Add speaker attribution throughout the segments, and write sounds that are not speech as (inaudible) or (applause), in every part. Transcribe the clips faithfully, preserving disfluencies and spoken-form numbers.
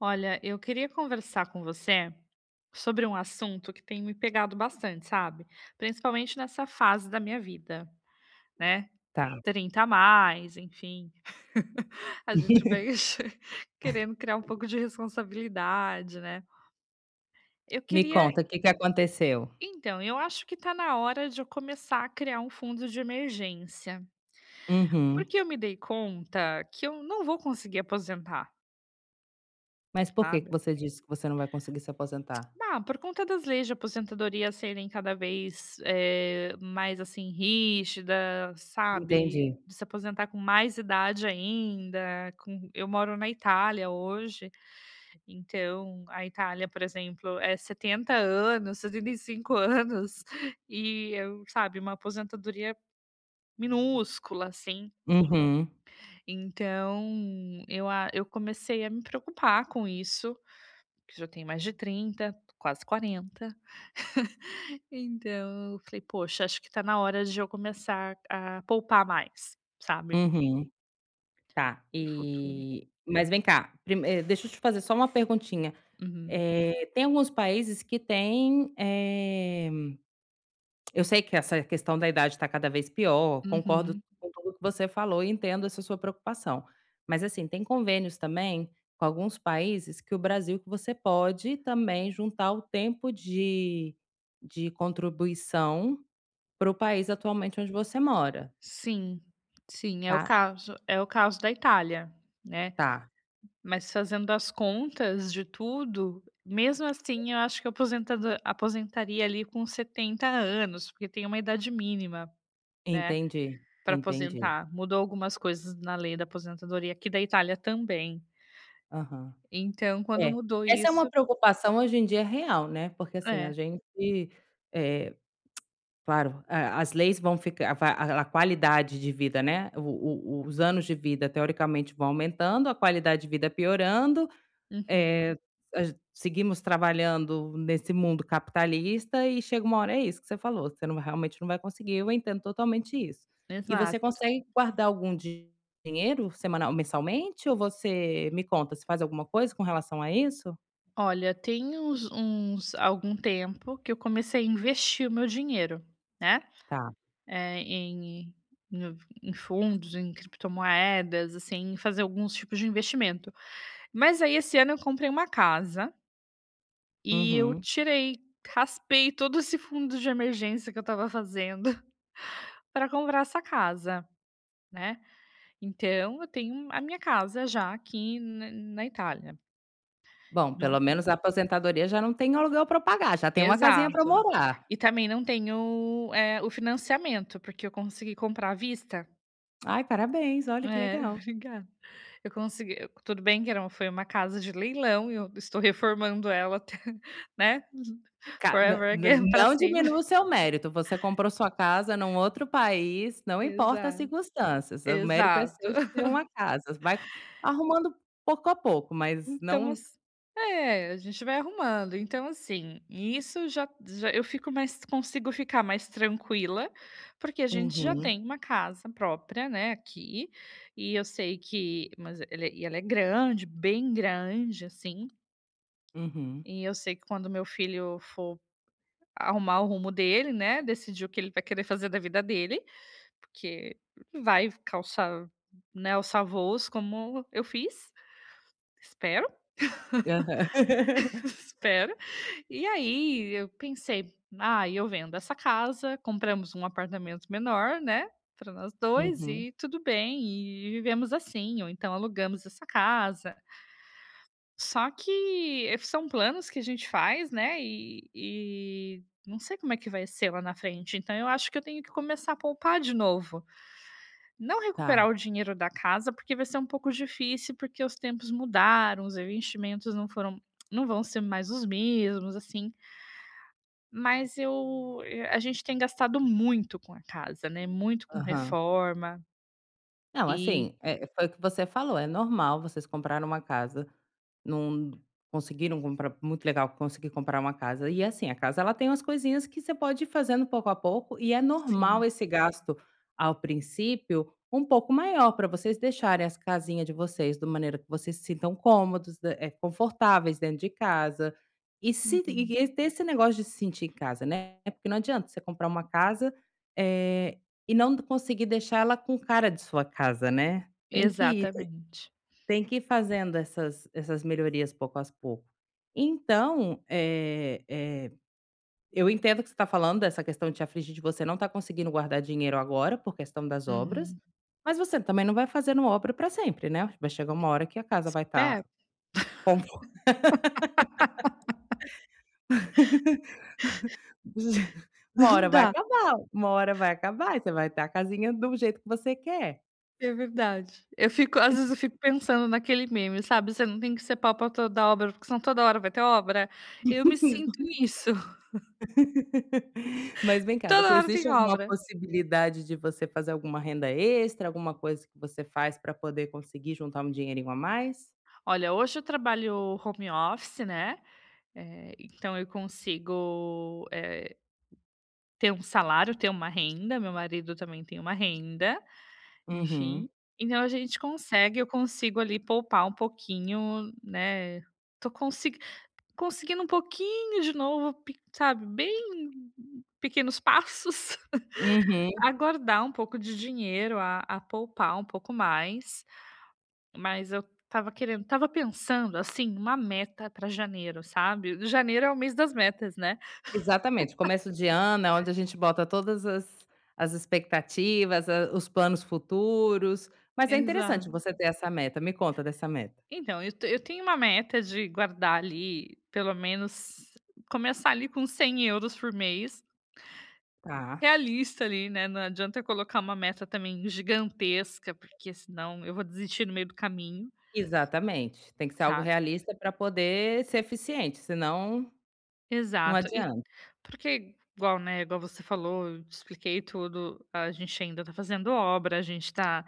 Speaker 1: Olha, eu queria conversar com você sobre um assunto que tem me pegado bastante, sabe? Principalmente nessa fase da minha vida, né?
Speaker 2: Tá.
Speaker 1: Trinta a mais, enfim. (laughs) A gente vai
Speaker 2: (laughs)
Speaker 1: (laughs) querendo criar um pouco de responsabilidade, né? Eu
Speaker 2: Me
Speaker 1: queria.
Speaker 2: conta, o que que aconteceu?
Speaker 1: Então, eu acho que tá na hora de eu começar a criar um fundo de emergência.
Speaker 2: Uhum.
Speaker 1: Porque eu me dei conta que eu não vou conseguir aposentar,
Speaker 2: Mas por que que
Speaker 1: sabe?
Speaker 2: você disse que você não vai conseguir se aposentar?
Speaker 1: Ah, por conta das leis de aposentadoria serem cada vez, eh, mais, assim, rígida, sabe,
Speaker 2: Entendi.
Speaker 1: de se aposentar com mais idade ainda, com eu moro na Itália hoje, então a Itália, por exemplo, é setenta anos, setenta e cinco anos, (laughs) e eu sabe, uma aposentadoria minúscula, assim.
Speaker 2: Uhum,
Speaker 1: Então eu a eu comecei a me preocupar com isso, que já tem mais de trinta quase quarenta. Então, eu falei: "Poxa, acho que tá na hora de eu começar a poupar mais, sabe,
Speaker 2: uhum. Tá,
Speaker 1: para o futuro".
Speaker 2: e mas vem cá, prime eh, deixa eu te fazer só uma perguntinha.
Speaker 1: Uhum,
Speaker 2: Eh, tem alguns países que têm, eh Eu sei que essa questão da idade está cada vez pior, concordo
Speaker 1: uhum.
Speaker 2: com tudo que você falou e entendo essa sua preocupação. Mas assim, tem convênios também com alguns países que o Brasil, que você pode também juntar o tempo de de contribuição para o país atualmente onde você mora,
Speaker 1: Sim, sim, é o
Speaker 2: tá?
Speaker 1: caso é o caso da Itália, né.
Speaker 2: Tá,
Speaker 1: Mas fazendo as contas de tudo, mesmo assim, eu acho que eu aposentado aposentaria ali com setenta anos, porque tem uma idade mínima, né,
Speaker 2: entendi,
Speaker 1: para
Speaker 2: entendi.
Speaker 1: aposentar. Mudou algumas coisas na lei da aposentadoria aqui da Itália também.
Speaker 2: Aham.
Speaker 1: Então, quando
Speaker 2: É,
Speaker 1: mudou
Speaker 2: essa é uma
Speaker 1: isso
Speaker 2: preocupação hoje em dia real, né, porque assim, a
Speaker 1: é,
Speaker 2: gente, eh claro, a as leis vão ficar va a a qualidade de vida, né, o o os anos de vida, teoricamente, vão aumentando, a qualidade de vida piorando,
Speaker 1: uhum.
Speaker 2: eh, a seguimos trabalhando nesse mundo capitalista e chega uma hora, é isso que você falou, você não, realmente, não vai conseguir, eu entendo totalmente isso. E você
Speaker 1: Exato.
Speaker 2: consegue guardar algum di- dinheiro semanal, mensalmente, ou você me conta, você faz alguma coisa com relação a isso?
Speaker 1: Olha, tem uns uns algum tempo que eu comecei a investir o meu dinheiro, né,
Speaker 2: Tá.
Speaker 1: eh, em no em fundos, em criptomoedas, assim, em fazer alguns tipos de investimento. Mas aí esse ano eu comprei uma casa e eu
Speaker 2: Uhum.
Speaker 1: tirei raspei todo esse fundo de emergência que eu estava fazendo (laughs) para comprar essa casa, né. Então eu tenho a minha casa já aqui na na Itália.
Speaker 2: Bom,
Speaker 1: Não.
Speaker 2: pelo menos a aposentadoria já não tem aluguel pra pagar, já tem uma casinha para
Speaker 1: Exato.
Speaker 2: morar.
Speaker 1: E também não tenho, eh, o financiamento, porque eu consegui comprar à vista.
Speaker 2: Ai, parabéns, olha que
Speaker 1: É,
Speaker 2: legal.
Speaker 1: (laughs) obrigada. Eu consegui eu Tudo bem que era uma- foi uma casa de leilão e eu estou reformando ela até, (laughs) né,
Speaker 2: Ca nã
Speaker 1: forever
Speaker 2: nã
Speaker 1: again, para
Speaker 2: não
Speaker 1: sempre.
Speaker 2: diminua o
Speaker 1: (laughs)
Speaker 2: seu mérito, você comprou sua casa num outro país, não importa as
Speaker 1: Exato,
Speaker 2: circunstâncias, o mérito é
Speaker 1: exato.
Speaker 2: seu de ter uma casa, vai arrumando pouco a pouco, mas
Speaker 1: Então
Speaker 2: não.
Speaker 1: ass é, a gente vai arrumando. Então, assim, isso já já eu fico mais, consigo ficar mais tranquila, porque a gente já
Speaker 2: Uhum,
Speaker 1: tem uma casa própria, né, aqui, e eu sei que, mas ele e ela é grande, bem grande, assim,
Speaker 2: uhum.
Speaker 1: e eu sei que quando meu filho for arrumar o rumo dele, né, decidir o que ele vai querer fazer da vida dele, porque vai calçar, né, os voos como eu fiz, espero,
Speaker 2: Aham.
Speaker 1: (laughs)
Speaker 2: (laughs)
Speaker 1: espero. E aí eu pensei: "Ah, eu vendo essa casa, compramos um apartamento menor, né, para nós dois
Speaker 2: Uhum.
Speaker 1: e tudo bem, e vivemos assim, ou então alugamos essa casa". Só que, eh, são planos que a gente faz, né, e e não sei como é que vai ser lá na frente, então eu acho que eu tenho que começar a poupar de novo. Não
Speaker 2: Tá,
Speaker 1: recuperar o dinheiro da casa, porque vai ser um pouco difícil, porque os tempos mudaram, os investimentos não foram não vão ser mais os mesmos, assim. Mas eu a gente tem gastado muito com a casa, né, muito com
Speaker 2: aham.
Speaker 1: reforma
Speaker 2: Não,
Speaker 1: e
Speaker 2: assim, eh, foi o que você falou, é normal, vocês compraram uma casa, não conseguiram comprar, muito legal conseguir comprar uma casa. E assim, a casa, ela tem umas coisinhas que você pode ir fazendo pouco a pouco e é normal
Speaker 1: sim.
Speaker 2: esse gasto ao princípio um pouco maior para vocês deixarem as casinhas de vocês de maneira que vocês se sintam cômodos, da- eh, confortáveis dentro de casa. E, se, e
Speaker 1: Uhum.
Speaker 2: e ter esse negócio de se sentir em casa, né? Porque não adianta você comprar uma casa eh, e não conseguir deixar ela com cara de sua casa, né. Tem que ir
Speaker 1: Exatamente.
Speaker 2: tem que ir fazendo essas essas melhorias pouco a pouco. Então, eh eh, eu entendo o que você está falando dessa questão de te afligir de você não estar conseguindo guardar dinheiro agora, por questão das obras,
Speaker 1: Uhum.
Speaker 2: mas você também não vai fazendo obra para sempre, né. Vai chegar uma hora que a casa vai estar.
Speaker 1: Espero.
Speaker 2: (laughs)
Speaker 1: (laughs)
Speaker 2: Com uma hora
Speaker 1: Não
Speaker 2: vai
Speaker 1: dá,
Speaker 2: acabar, uma hora vai acabar e você vai ter a casinha do jeito que você quer.
Speaker 1: é verdade. Eu fico às vezes, eu fico pensando naquele meme, sabe, "Você não tem que ser pau pra toda obra, porque senão toda hora vai ter obra". Eu me sinto nisso, (laughs)
Speaker 2: (laughs) Mas vem cá, você,
Speaker 1: toda hora
Speaker 2: existe
Speaker 1: tem
Speaker 2: alguma
Speaker 1: obra.
Speaker 2: possibilidade de você fazer alguma renda extra, alguma coisa que você faz para poder conseguir juntar um dinheirinho a mais?
Speaker 1: Olha, hoje eu trabalho home office, né, eh, então eu consigo, eh ter um salário, ter uma renda, meu marido também tem uma renda, enfim.
Speaker 2: Uhum,
Speaker 1: Então a gente consegue eu consigo ali poupar um pouquinho, né, tô consi conseguindo um pouquinho de novo, pe sabe, bem pequenos passos, (laughs)
Speaker 2: uhum,
Speaker 1: a guardar um pouco de dinheiro, a a poupar um pouco mais, mas eu estava querendo estava pensando, assim, uma meta para janeiro, sabe. Janeiro é o mês das metas, né.
Speaker 2: exatamente. Começo de ano é onde a gente bota todas as as expectativas, a os planos futuros, mas é interessante
Speaker 1: Exato.
Speaker 2: você ter essa meta. Me conta dessa meta.
Speaker 1: Então, eu te eu tenho uma meta de guardar ali, pelo menos começar ali com cem euros por mês,
Speaker 2: Tá.
Speaker 1: realista ali, né, não adianta eu colocar uma meta também gigantesca, porque senão eu vou desistir no meio do caminho,
Speaker 2: Exatamente, tem que ser algo
Speaker 1: sabe.
Speaker 2: realista para poder ser eficiente, senão não
Speaker 1: Exato, e
Speaker 2: adianta.
Speaker 1: porque igual, né, igual você falou, eu te expliquei tudo, a gente ainda tá fazendo obra, a gente tá,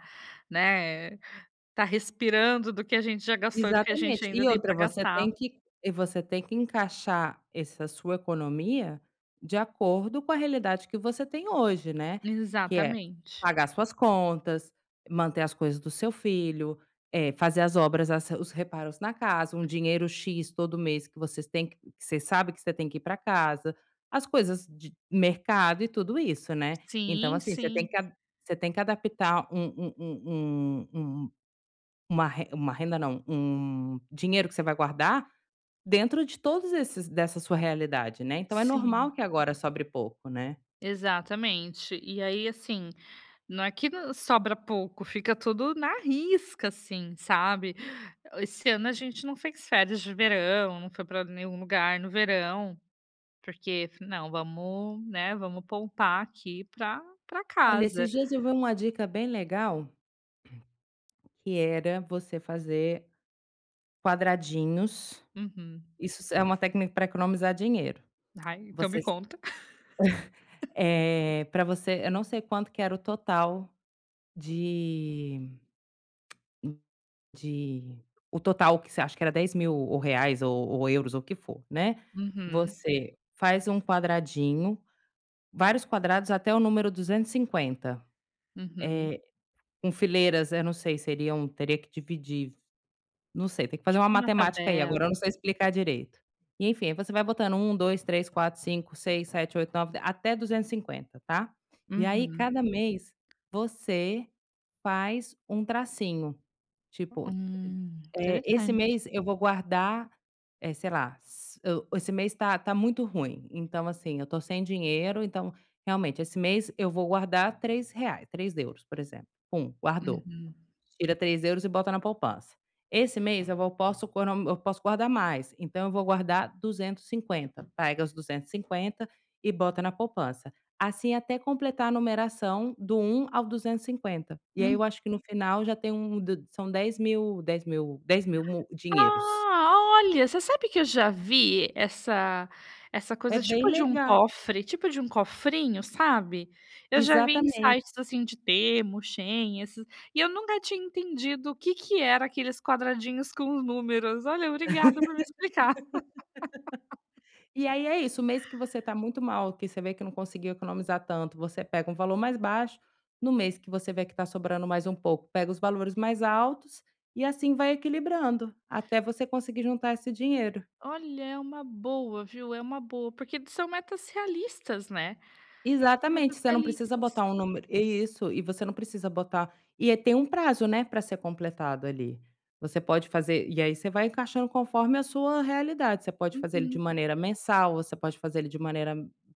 Speaker 1: né, tá respirando do que a gente já gastou e do que a gente
Speaker 2: Exatamente.
Speaker 1: ainda
Speaker 2: E
Speaker 1: tem
Speaker 2: outra,
Speaker 1: para
Speaker 2: você
Speaker 1: gastar.
Speaker 2: tem que, e você tem que encaixar essa sua economia de acordo com a realidade que você tem hoje, né, que é
Speaker 1: Exatamente.
Speaker 2: pagar suas contas, manter as coisas do seu filho, eh, fazer as obras, as os reparos na casa, um dinheiro "X" todo mês que vocês têm, que que você sabe que você tem que ir para casa, as coisas de mercado e tudo isso, né. Então,
Speaker 1: Sim,
Speaker 2: assim, você tem
Speaker 1: sim,
Speaker 2: que a você tem que adaptar um um um um um uma re uma renda, não, um dinheiro que você vai guardar dentro de todos esses, dessa sua realidade, né, então é normal
Speaker 1: sim.
Speaker 2: que agora sobre pouco, né.
Speaker 1: Exatamente. E aí, assim, não é que no sobra pouco, fica tudo na risca, assim, sabe. Esse ano a gente não fez férias de verão, não foi para nenhum lugar no verão, porque "Não, vamos, né, vamos poupar aqui pra pra
Speaker 2: Olha, esses
Speaker 1: casa".
Speaker 2: dias eu vi uma dica bem legal, que era você fazer quadradinhos,
Speaker 1: Uhum.
Speaker 2: isso é uma técnica para economizar dinheiro.
Speaker 1: Ai, então me
Speaker 2: Vocês,
Speaker 1: conta.
Speaker 2: é para você, eu não sei quanto que era o total de de o total que você acha que era dez mil, ou reais, ou ou euros, ou o que for, né.
Speaker 1: Uhum,
Speaker 2: Você faz um quadradinho, vários quadrados até o número duzentos e cinquenta
Speaker 1: uhum.
Speaker 2: com fileiras, eu não sei, seriam, teria que dividir, não sei, tem que fazer
Speaker 1: Tipo
Speaker 2: uma
Speaker 1: uma
Speaker 2: matemática aí, agora
Speaker 1: tabela.
Speaker 2: eu não sei explicar direito. E enfim, aí você vai botando um, dois, três, quatro, cinco, seis, sete, oito, nove, até duzentos e cinquenta, tá. E aí,
Speaker 1: Uhum.
Speaker 2: cada mês, você faz um tracinho, tipo,
Speaker 1: Hum,
Speaker 2: é, esse
Speaker 1: interessante.
Speaker 2: mês eu vou guardar, eh, sei lá, s eu, esse mês tá tá muito ruim, então, assim, eu tô sem dinheiro, então, realmente, esse mês eu vou guardar três reais, três euros, por exemplo. Pum, guardou.
Speaker 1: Uhum.
Speaker 2: Tira três euros e bota na poupança. Esse mês eu vou, posso econo, eu posso guardar mais, então eu vou guardar duzentos e cinquenta. Pega os duzentos e cinquenta e bota na poupança. Assim até completar a numeração do um ao duzentos e cinquenta, e aí
Speaker 1: Hum.
Speaker 2: eu acho que no final já tem um d, são dez mil, dez mil, dez mil, mu dinheiros.
Speaker 1: Ah, olha, você sabe que eu já vi essa essa
Speaker 2: É
Speaker 1: coisa
Speaker 2: bem
Speaker 1: tipo de um
Speaker 2: legal.
Speaker 1: cofre, tipo de um cofrinho, sabe? Eu já vi em
Speaker 2: Exatamente.
Speaker 1: sites, assim, de Temu, Shein, esses. E eu nunca tinha entendido o que que era aqueles quadradinhos com os números. Olha, obrigada por me explicar.
Speaker 2: E aí é isso, o mês que você tá muito mal, que você vê que não conseguiu economizar tanto, você pega um valor mais baixo, no mês que você vê que está sobrando mais um pouco, pega os valores mais altos, e assim vai equilibrando, até você conseguir juntar esse dinheiro.
Speaker 1: Olha, é uma boa, viu? É uma boa, porque são metas realistas, né? São
Speaker 2: Exatamente,
Speaker 1: metas
Speaker 2: você não precisa
Speaker 1: realistas.
Speaker 2: botar um número, é isso, e você não precisa botar, e aí tem um prazo, né, para ser completado ali. Você pode fazer, e aí você vai encaixando conforme a sua realidade, você pode fazer ele de
Speaker 1: Uhum.
Speaker 2: maneira mensal, você pode fazer ele de maneira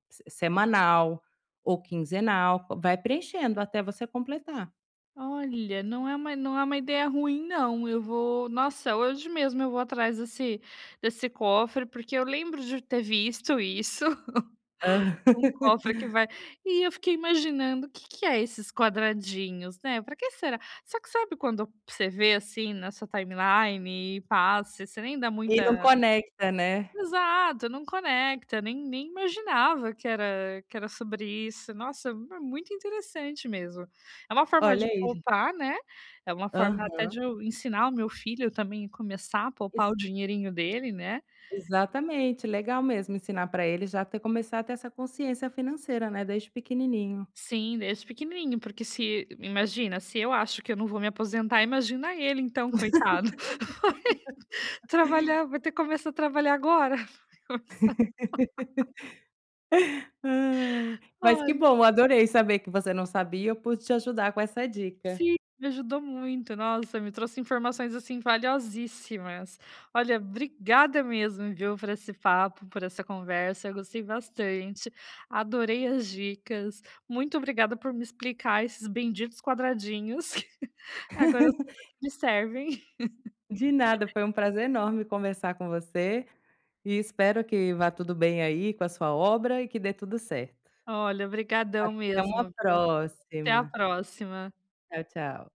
Speaker 2: se semanal ou quinzenal, vai preenchendo até você completar.
Speaker 1: Olha, não é uma não é uma ideia ruim não, eu vou nossa, hoje mesmo eu vou atrás desse desse cofre, porque eu lembro de ter visto isso, (laughs)
Speaker 2: Hã.
Speaker 1: um
Speaker 2: (laughs)
Speaker 1: cofre que vai, e eu fiquei imaginando o que que é esses quadradinhos, né, pra que será? Só que sabe, quando você vê, assim, na sua timeline e passa, você nem dá
Speaker 2: E não
Speaker 1: muita.
Speaker 2: conecta, né.
Speaker 1: Exato, não conecta, nem nem imaginava que era que era sobre isso. Nossa, é muito interessante mesmo. É uma forma
Speaker 2: Olha
Speaker 1: de
Speaker 2: aí,
Speaker 1: poupar, né, é uma forma
Speaker 2: aham.
Speaker 1: até de eu ensinar o meu filho também a começar a poupar
Speaker 2: Ex
Speaker 1: o dinheirinho dele, né.
Speaker 2: Exatamente, legal mesmo ensinar para ele já ter, começar a ter essa consciência financeira, né, desde pequenininho.
Speaker 1: Sim, desde pequenininho, porque se imagina, se eu acho que eu não vou me aposentar, imagina ele então, coitado. (laughs) Trabalhar, vai ter que começar a trabalhar agora. (laughs) Vai
Speaker 2: Ai, mas que
Speaker 1: começar.
Speaker 2: bom, adorei saber que você não sabia, eu pude te ajudar com essa dica.
Speaker 1: Sim, me ajudou muito. Nossa, me trouxe informações, assim, valiosíssimas. Olha, obrigada mesmo, viu, por esse papo, por essa conversa. Eu gostei bastante. Adorei as dicas. Muito obrigada por me explicar esses benditos quadradinhos. (laughs) Agora eu sei pra que eles servem.
Speaker 2: De nada, foi um prazer enorme conversar com você e espero que vá tudo bem aí com a sua obra e que dê tudo certo.
Speaker 1: Olha, brigadão
Speaker 2: Até uma
Speaker 1: mesmo, viu. Até a
Speaker 2: próxima.
Speaker 1: próxima.
Speaker 2: Tchau, tchau.